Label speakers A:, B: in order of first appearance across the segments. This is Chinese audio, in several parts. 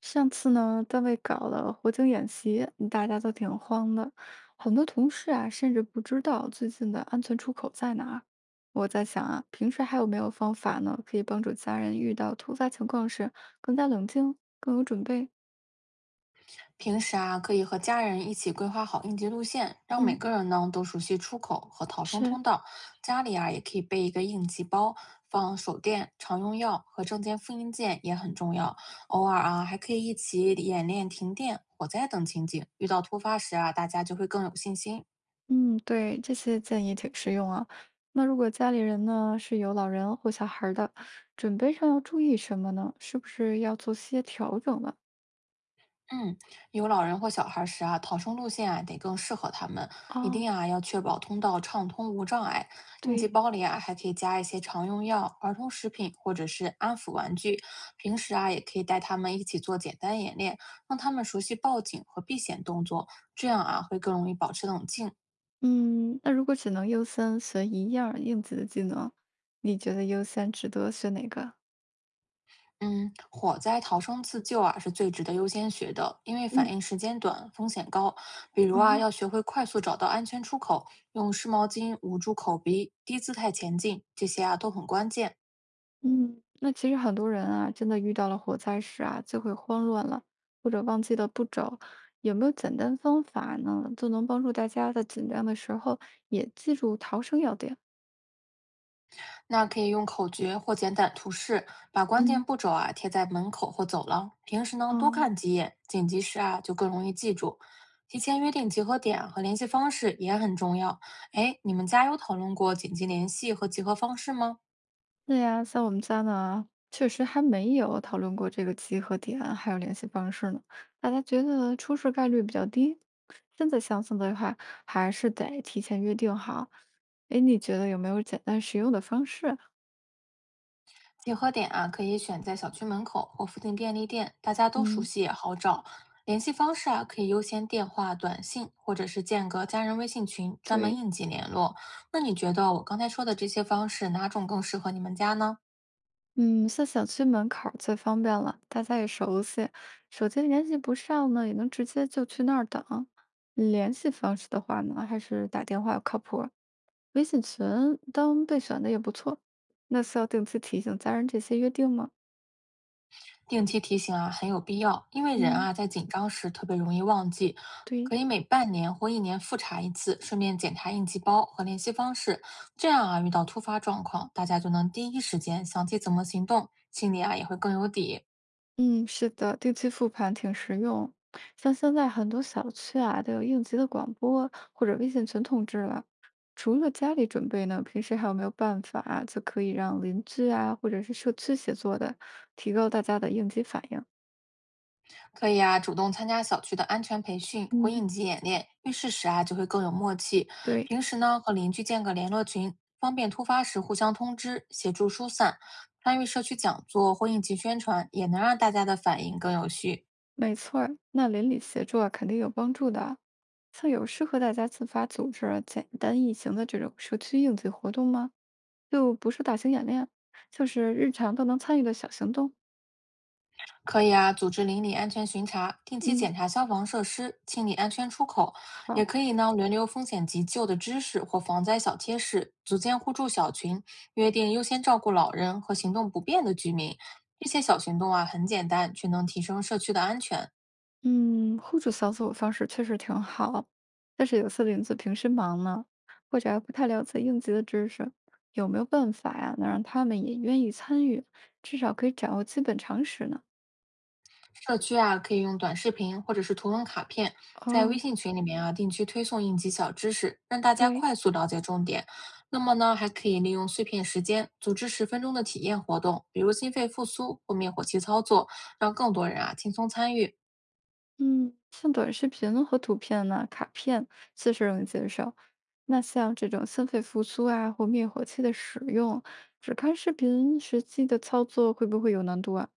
A: 上次呢，单位搞了火警演习，大家都挺慌的，很多同事啊，甚至不知道最近的安全出口在哪儿。我在想啊，平时还有没有方法呢，可以帮助家人遇到突发情况时更加冷静、更有准备？
B: 平时啊，可以和家人一起规划好应急路线，让每
A: 嗯，
B: 个人呢都熟悉出口和逃生
A: 是，
B: 通道。家里啊，也可以备一个应急包，放手电、常用药和证件复印件也很重要。偶尔啊，还可以一起演练停电、火灾等情景，遇到突发时啊，大家就会更有信心。
A: 嗯，对，这些建议挺实用啊。那如果家里人呢是有老人或小孩儿的，准备上要注意什么呢？是不是要做些调整了？
B: 嗯，有老人或小孩时啊，逃生路线啊得更适合他们，一
A: 啊，
B: 定啊要确保通道畅通无障碍。应急
A: 对。
B: 包里啊还可以加一些常用药、儿童食品或者是安抚玩具。平时啊也可以带他们一起做简单演练，让他们熟悉报警和避险动作，这样啊会更容易保持冷静。
A: 嗯，那如果只能优先学一样儿硬的技能，你觉得优先值得学哪个？
B: 嗯，火灾逃生自救啊是最值得优先学的，因为反
A: 嗯，
B: 应时间短，风险高。比如啊，
A: 嗯
B: 要学会快速找到安全出口，用湿毛巾捂住口鼻，低姿态前进，这些啊都很关键。
A: 嗯，那其实很多人啊，真的遇到了火灾时啊，就会慌乱了，或者忘记了步骤。有没有简单方法呢，就能帮助大家在紧张的时候也记住逃生要点？
B: 那可以用口诀或简短图示，把关键
A: 嗯，
B: 步骤啊贴在门口或走廊。平时呢多
A: 哦。
B: 看几眼，紧急时啊就更容易记住。提前约定集合点啊和联系方式也很重要。哎，你们家有讨论过紧急联系和集合方式吗？
A: 对呀，在我们家呢，确实还没有讨论过这个集合点，还有联系方式呢。大家觉得出事概率比较低，真的相似的话，还是得提前约定好。哎，你觉得有没有简单实用的方式啊
B: 结合点啊，可以选在小区门口或附近便利店，大家都熟
A: 嗯，
B: 悉也好找。联系方式啊，可以优先电话、短信，或者是建个家人微信群，专门
A: 对，
B: 应急联络。那你觉得我刚才说的这些方式，哪种更适合你们家呢？
A: 嗯，像小区门口儿最方便了，大家也熟悉，手机联系不上呢，也能直接就去那儿等。联系方式的话呢，还是打电话靠谱，微信群当备选的也不错。那是要定期提醒家人这些约定吗？
B: 定期提醒啊，很有必要，因为人
A: 嗯
B: 啊在紧张时特别容易忘记。
A: 对，
B: 可以每半年或一年复查一次，顺便检查应急包和联系方式，这样啊，遇到突发状况，大家就能第1时间想起怎么行动，心里啊也会更有底。
A: 嗯，是的，定期复盘挺实用。像现在很多小区啊都有应急的广播或者微信群通知了。除了家里准备呢，平时还有没有办法啊就可以让邻居啊或者是社区协作的，提高大家的应急反应？
B: 可以啊，主动参加小区的安全培训或
A: 嗯。
B: 应急演练，遇事时啊就会更有默契。
A: 对，
B: 平时呢和邻居建个联络群，方便突发时互相通知，协助疏散。参与社区讲座或应急宣传，也能让大家的反应更有序。
A: 没错儿，那邻里协作啊肯定有帮助的啊。像有适合大家自发组织啊简单易行的这种社区应急活动吗？就不是大型演练，就是日常都能参与的小行动。
B: 可以啊，组织邻里安全巡查，定期
A: 嗯，
B: 检查消防设施，清理安全出口，也
A: 好，
B: 可以呢轮流风险急救的知识或防灾小贴士，组建互助小群，约定优先照顾老人和行动不便的居民。这些小行动啊，很简单，却能提升社区的安全。
A: 嗯，互助小组方式确实挺好，但是有些邻居平时忙呢，或者还不太了解应急的知识，有没有办法呀，能让他们也愿意参与，至少可以掌握基本常识呢？
B: 社区啊，可以用短视频或者是图文卡片，在微
A: 哦，
B: 信群里面啊定期推送应急小知识，让大家
A: 对，
B: 快速了解重点。那么呢，还可以利用碎片时间组织10分钟的体验活动，比如心肺复苏或灭火器操作，让更多人啊轻松参与。
A: 嗯，像短视频和图片呢，卡片确实容易接受。那像这种心肺复苏啊或灭火器的使用，只看视频实际的操作会不会有难度啊？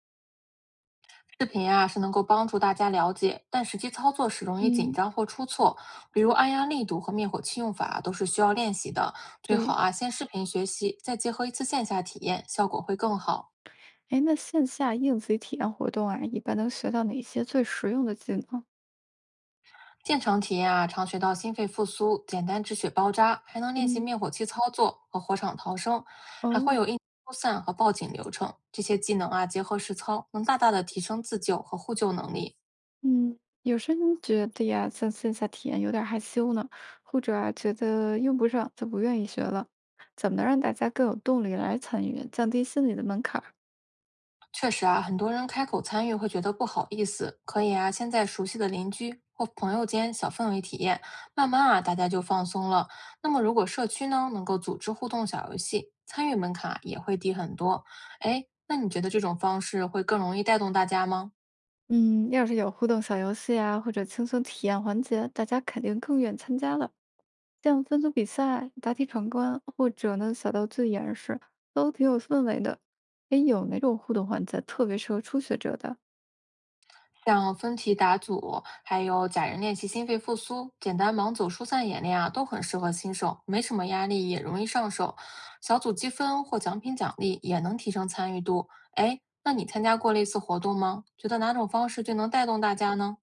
B: 视频啊是能够帮助大家了解，但实际操作时容易紧
A: 嗯，
B: 张或出错，比如按压力度和灭火器用法啊都是需要练习的。最好
A: 对，
B: 啊先视频学习，再结合一次线下体验，效果会更好。
A: 哎，那线下应急体验活动啊，一般能学到哪些最实用的技能？
B: 现场体验啊，常学到心肺复苏、简单止血包扎，还能练习
A: 嗯
B: 灭火器操作和火场逃生，还会
A: 哦，
B: 有应急疏散和报警流程。这些技能啊，结合实操，能大大的提升自救和互救能力。
A: 嗯，有些人觉得呀，像线下体验有点害羞呢，或者啊，觉得用不上就不愿意学了。怎么能让大家更有动力来参与，降低心理的门槛儿？
B: 确实啊，很多人开口参与会觉得不好意思，可以啊，先在熟悉的邻居或朋友间小氛围体验，慢慢啊，大家就放松了。那么，如果社区呢能够组织互动小游戏，参与门槛啊也会低很多。哎，那你觉得这种方式会更容易带动大家吗？
A: 嗯，要是有互动小游戏啊，或者轻松体验环节，大家肯定更愿参加了。像分组比赛、答题闯关，或者呢小道具演示，都挺有氛围的。诶，有哪种互动环节特别适合初学者的？
B: 像分题打组，还有假人练习心肺复苏、简单盲走疏散演练啊，都很适合新手，没什么压力，也容易上手。小组积分或奖品奖励也能提升参与度。哎，那你参加过类似活动吗？觉得哪种方式最能带动大家呢？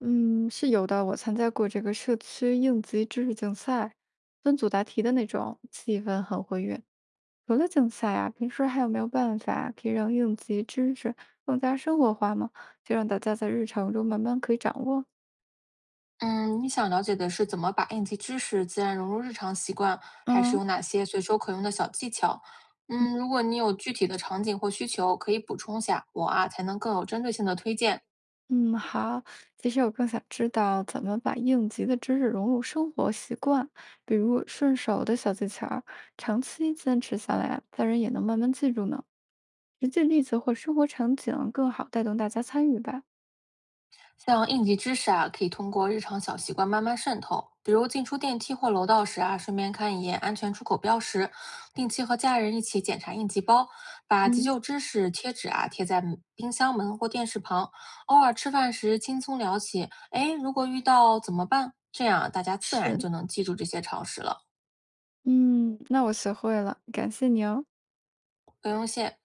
A: 嗯，是有的。我参加过这个社区应急知识竞赛，分组答题的那种，气氛很活跃。除了竞赛啊，平时还有没有办法可以让应急知识更加生活化吗？就让大家在日常中慢慢可以掌握。
B: 嗯，你想了解的是怎么把应急知识自然融入日常习惯，还是
A: 嗯。
B: 有哪些随手可用的小技巧？嗯，
A: 嗯
B: 如果你有具体的场景或需求，可以补充下，我啊才能更有针对性的推荐。
A: 嗯，好。其实我更想知道怎么把应急的知识融入生活习惯，比如顺手的小技巧儿长期坚持下来，家人也能慢慢记住呢。实际例子或生活场景更好带动大家参与吧。
B: 像应急知识啊，可以通过日常小习惯慢慢渗透，比如进出电梯或楼道时啊，顺便看一眼安全出口标识，定期和家人一起检查应急包，把急
A: 嗯，
B: 救知识贴纸啊贴在门冰箱门或电视旁，偶尔吃饭时轻松聊起，哎，如果遇到怎么办？这样啊大家自然
A: 是，
B: 就能记住这些常识了。
A: 嗯，那我学会了，感谢你哦。
B: 不用谢。